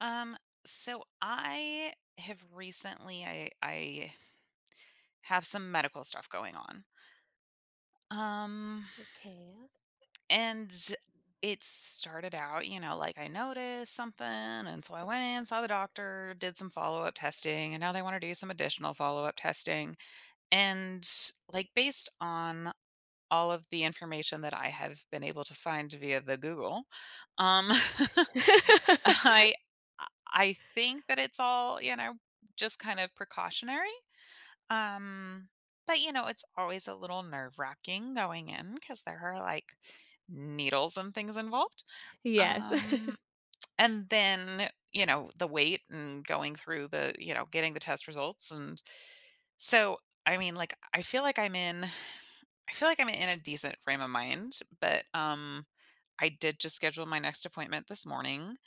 Um, so I have recently I have some medical stuff going on. Um, Okay. and it started out, you know, like I noticed something and so I went in, saw the doctor, did some follow-up testing, and now they want to do some additional follow-up testing. And like based on all of the information that I have been able to find via the Google, um I I think that it's all, you know, just kind of precautionary. Um, but you know, it's always a little nerve wracking going in because there are like needles and things involved. Yes. Um, and then, you know, the wait and going through the, you know, getting the test results. And so, I mean, like, I feel like I'm in, I feel like I'm in a decent frame of mind, but, I did just schedule my next appointment this morning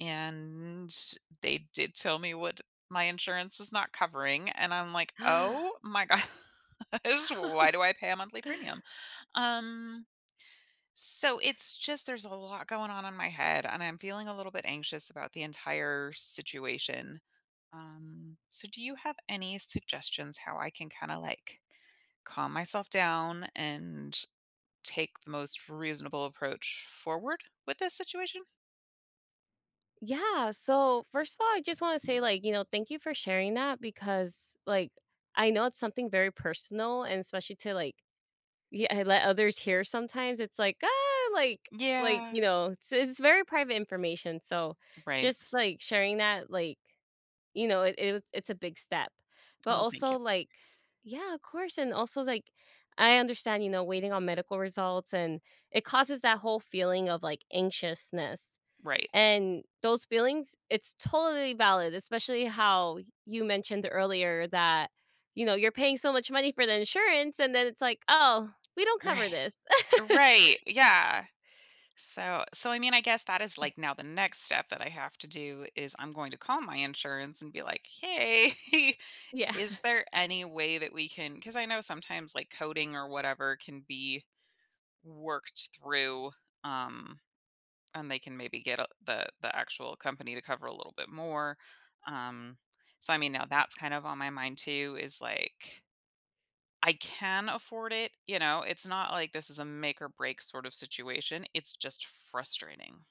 and they did tell me what my insurance is not covering, and I'm like, "Oh my gosh, why do I pay a monthly premium?" Um, so it's just there's a lot going on in my head, and I'm feeling a little bit anxious about the entire situation. So do you have any suggestions how I can kinda, like, calm myself down and take the most reasonable approach forward with this situation? Yeah, so first of all, I just wanna say, like, you know, thank you for sharing that because, like, I know it's something very personal and especially to, like, yeah, I let others hear sometimes, it's like, "Ah," like, Yeah. you know, it's very private information, so Right. just, like, sharing that, like, you know, it's a big step. But Well, thank also, you. like, yeah, of course, and also, like, I understand, you know, waiting on medical results, and it causes that whole feeling of, like, anxiousness, Right. and those feelings, it's totally valid, especially how you mentioned earlier that, you know, you're paying so much money for the insurance, and then it's like, "Oh, we don't cover Right. this." Right. Yeah. So I mean, I guess that is like now the next step that I have to do is I'm going to call my insurance and be like, "Hey, Yeah. is there any way that we can?" Because I know sometimes like coding or whatever can be worked through, um and they can maybe get a, the actual company to cover a little bit more. Um so I mean, now that's kind of on my mind too is like I can afford it, you know, it's not like this is a make or break sort of situation, it's just frustrating.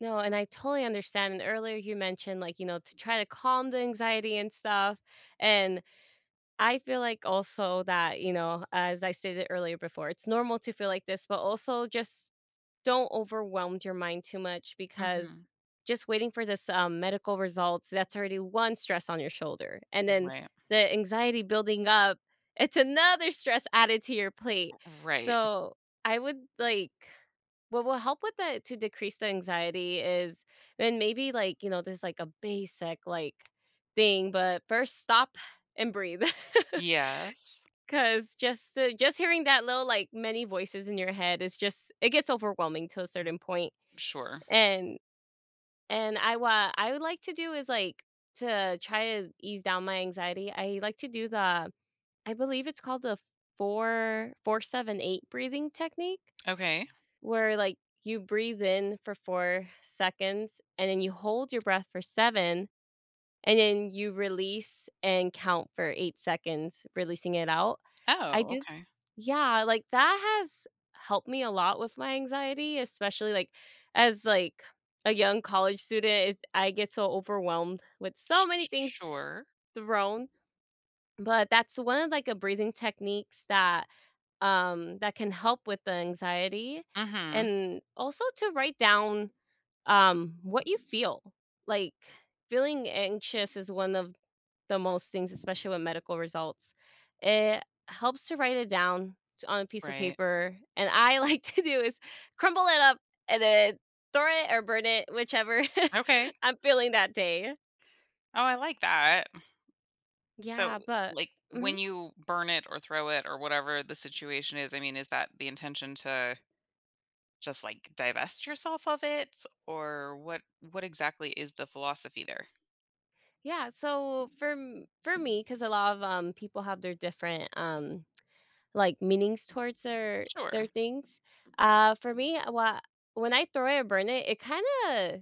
No, and I totally understand, and earlier you mentioned, like, you know, to try to calm the anxiety and stuff, and I feel like also that, you know, as I stated earlier before, it's normal to feel like this, but also just don't overwhelm your mind too much because Mhm. just waiting for this medical results, that's already one stress on your shoulder, and then Right. the anxiety building up, it's another stress added to your plate. Right. So I would like — what will help with the — to decrease the anxiety is — and maybe, like, you know, there's, like, a basic, like, thing, but first, stop and breathe. Yes. 'Cause just hearing that little, like, many voices in your head is just — it gets overwhelming to a M certain point, sure. and and I would like to do is, like, to try to ease down my anxiety, I like to do the — I believe it's called the four 7 8 breathing technique, Okay. where, like, you breathe in for 4 seconds, and then you hold your breath for 7, and then you release and count for 8 seconds, releasing it out. I Oh, do okay. Yeah, like, that has helped me a lot with my anxiety, especially, like, as, like, a young college student, it's — I get so overwhelmed with so many Sh things sure. thrown, but that's one of, like, a breathing techniques that, that can help with the anxiety, Mhm. and also to write down, what you feel. Like, feeling anxious is one of the most things, especially with medical results. It helps to write it down on a piece of Right. paper. And I like to do is crumble it up and then throw it or burn it, whichever Okay. I'm feeling that day. Oh, I like that. Yeah, So, but like, mhm. when you burn it or throw it or whatever the situation is, I mean, is that the intention to just, like, divest yourself of it? Or what exactly is the philosophy there? Yeah. So for for me, because a lot of people have their different like meanings towards their Sure. things. For me, what — when I throw it or burn it, it kind of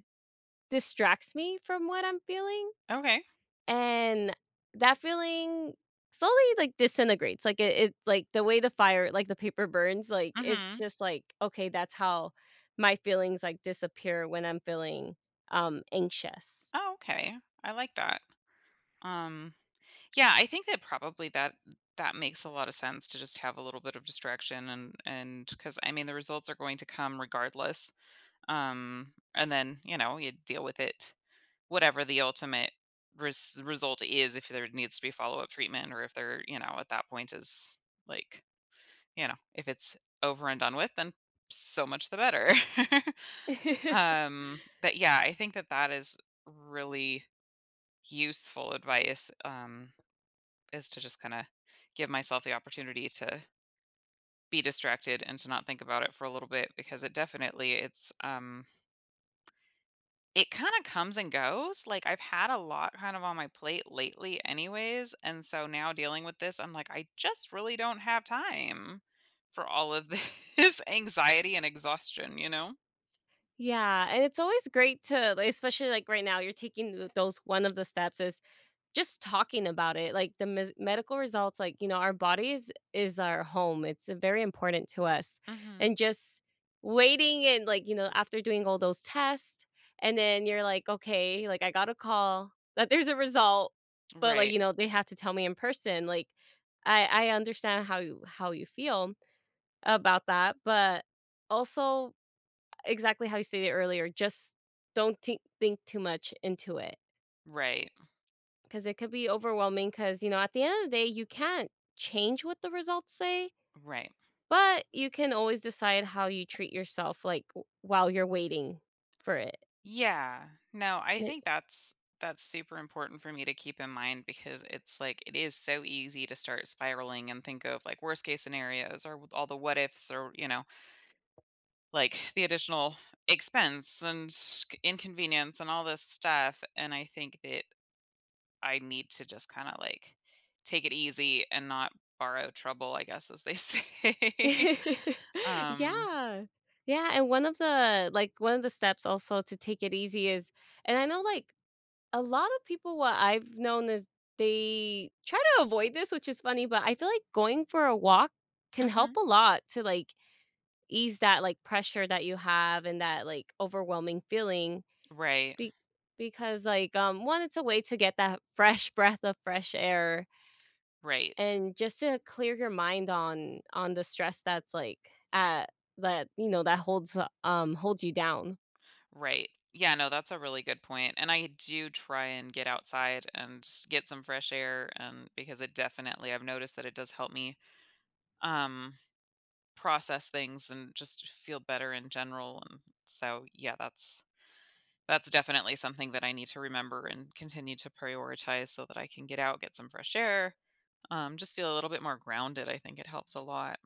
distracts me from what I'm feeling. Okay. And that feeling slowly, like, disintegrates, like, it like, the way the fire — like, the paper burns, like, it's Mhm. just like, okay, that's how my feelings, like, disappear when I'm feeling, anxious. Oh, okay. I like that. Um, yeah, I think that probably that makes a lot of sense to just have a little bit of distraction and because I mean the results are going to come regardless. And then you know you deal with it, whatever the ultimate result is, if there needs to be follow up treatment or if there you know at that point is like you know if it's over and done with, then so much the better. But yeah, I think that that is really useful advice, is to just kind of give myself the opportunity to be distracted and to not think about it for a little bit because it definitely it's, it kind of comes and goes like I've had a lot kind of on my plate lately anyways and so now dealing with this I'm like I just really don't have time for all of this anxiety and exhaustion, you know. Yeah, and it's always great to, like, especially, like, right now, you're taking th those — one of the steps is just talking about it, like the mes medical results, like, you know, our bodies is our home. It's very important to us. Hmm. And just waiting and, like, you know, after doing all those tests, and then you're like, okay, like I got a call that there's a result, but, like, Right. you know, they have to tell me in person. Like, I understand how you feel about that, but also exactly how you stated earlier, just don't think too much into it, Right. because it could be overwhelming, because, you know, at the end of the day, you can't change what the results say, Right. but you can always decide how you treat yourself, like, while you're waiting for it. Yeah. No, I think Like — that's super important for me to keep in mind because it's like it is so easy to start spiraling and think of like worst case scenarios or with all the what ifs or you know like the additional expense and inconvenience and all this stuff and I think that I need to just kind of like take it easy and not borrow trouble I guess as they say. um Yeah. Yeah, and one of the, like, one of the steps also to take it easy is — and I know, like, a lot of people — what I've known is they try to avoid this, which is funny, but I feel like going for a walk can help mhm, a lot to, like, ease that, like, pressure that you have and that, like, overwhelming feeling. right, Be Because, like, one, it's a way to get that fresh breath of fresh air, right. and just to clear your mind on the stress that's, like, at that, you know, that holds you down. Right. Yeah, no, that's a really good point. And I do try and get outside and get some fresh air and because it definitely I've noticed that it does help me um process things and just feel better in general and so yeah, that's definitely something that I need to remember and continue to prioritize so that I can get out, get some fresh air, just feel a little bit more grounded. I think it helps a lot.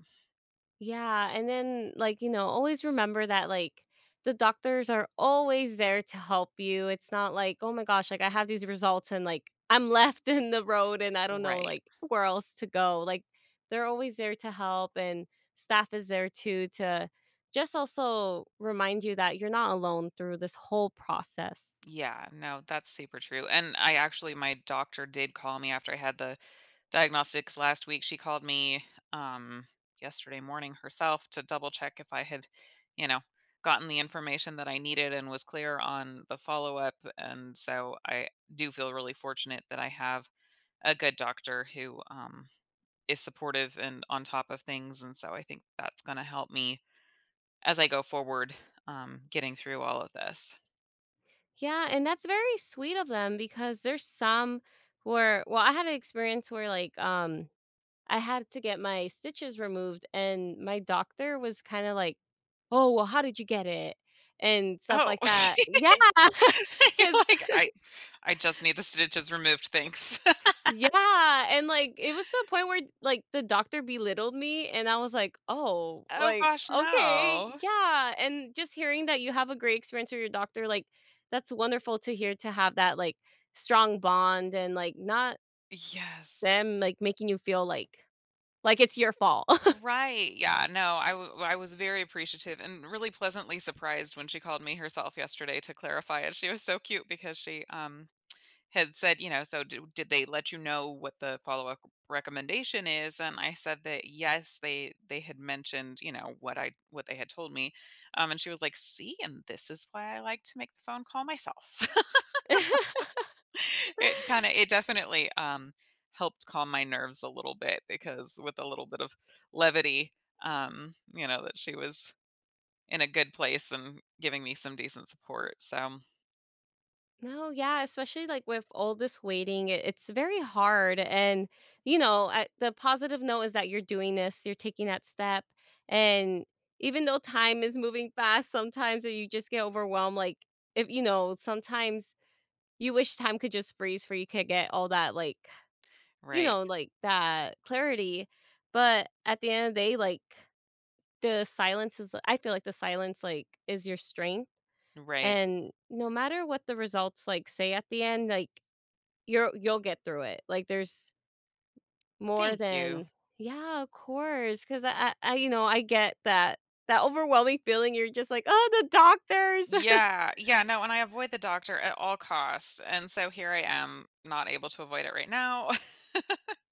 Yeah, and then, like, you know, always remember that, like, the doctors are always there to help you. It's not like, "Oh my gosh, like, I have these results and, like, I'm left in the road and I don't know, Right. like, where else to go." Like, they're always there to help, and staff is there too to just also remind you that you're not alone through this whole process. Yeah, no, that's super true. And I actually my doctor did call me after I had the diagnostics last week. She called me um yesterday morning herself to double check if I had, you know, gotten the information that I needed and was clear on the follow-up. And so I do feel really fortunate that I have a good doctor who is supportive and on top of things. And so I think that's going to help me as I go forward, getting through all of this. Yeah, and that's very sweet of them, because there's some where — well, I had an experience where, like, I had to get my stitches removed and my doctor was kind of like, "Oh, well, how did you get it?" and stuff Oh, like that. Yeah, because. You're like, I just need the stitches removed, thanks." Yeah, and, like, it was to a point where, like, the doctor belittled me, and I was like, "Oh, Oh like, gosh, okay, no. yeah," and just hearing that you have a great experience with your doctor, like, that's wonderful to hear, to have that, like, strong bond and, like, not Yes. them, like, making you feel like it's your fault. Right, yeah, no, I was very appreciative and really pleasantly surprised when she called me herself yesterday to clarify it. She was so cute because she, had said, you know, "So do did they let you know what the follow-up recommendation is?" And I said that, "Yes, they had mentioned, you know, what I what they had told me." And she was like, "See, and this is why I like to make the phone call myself." It kinda it definitely, helped calm my nerves a little bit because with a little bit of levity, you know, that she was in a good place and giving me some decent support, so. No, yeah, especially, like, with all this waiting, it's very hard. And, you know, I — the positive note is that you're doing this, you're taking that step. And even though time is moving fast, sometimes you just get overwhelmed. Like, if you know, sometimes you wish time could just freeze for — you could get all that, like, you Right, know, like that clarity. But at the end of the day, like, the silence is — I feel like the silence, like, is your strength. right. And no matter what the results, like, say at the end, like, you'll get through it. Like, there's more Thank you. than — Yeah, of course, 'cause I you know, I get that overwhelming feeling, you're just like, "Oh, the doctors." Yeah, yeah, no, and I avoid the doctor at all costs, and so here I am not able to avoid it right now.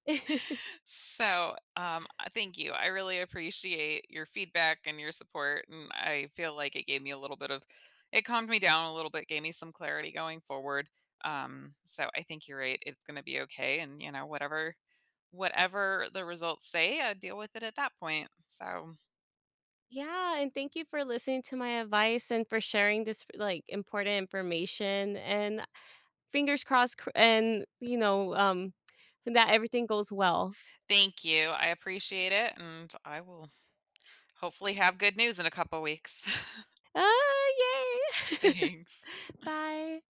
So, thank you. I really appreciate your feedback and your support. And I feel like it gave me a little bit of, it calmed me down a little bit, gave me some clarity going forward. So I think you're right. It's going to be okay. And, you know, whatever the results say, I deal with it at that point. So Yeah, and thank you for listening to my advice and for sharing this, like, important information, and fingers crossed, cr and, you know, that everything goes well. thank you. I appreciate it. And I will hopefully have good news in a couple weeks. Ah, yay. Thanks. Bye.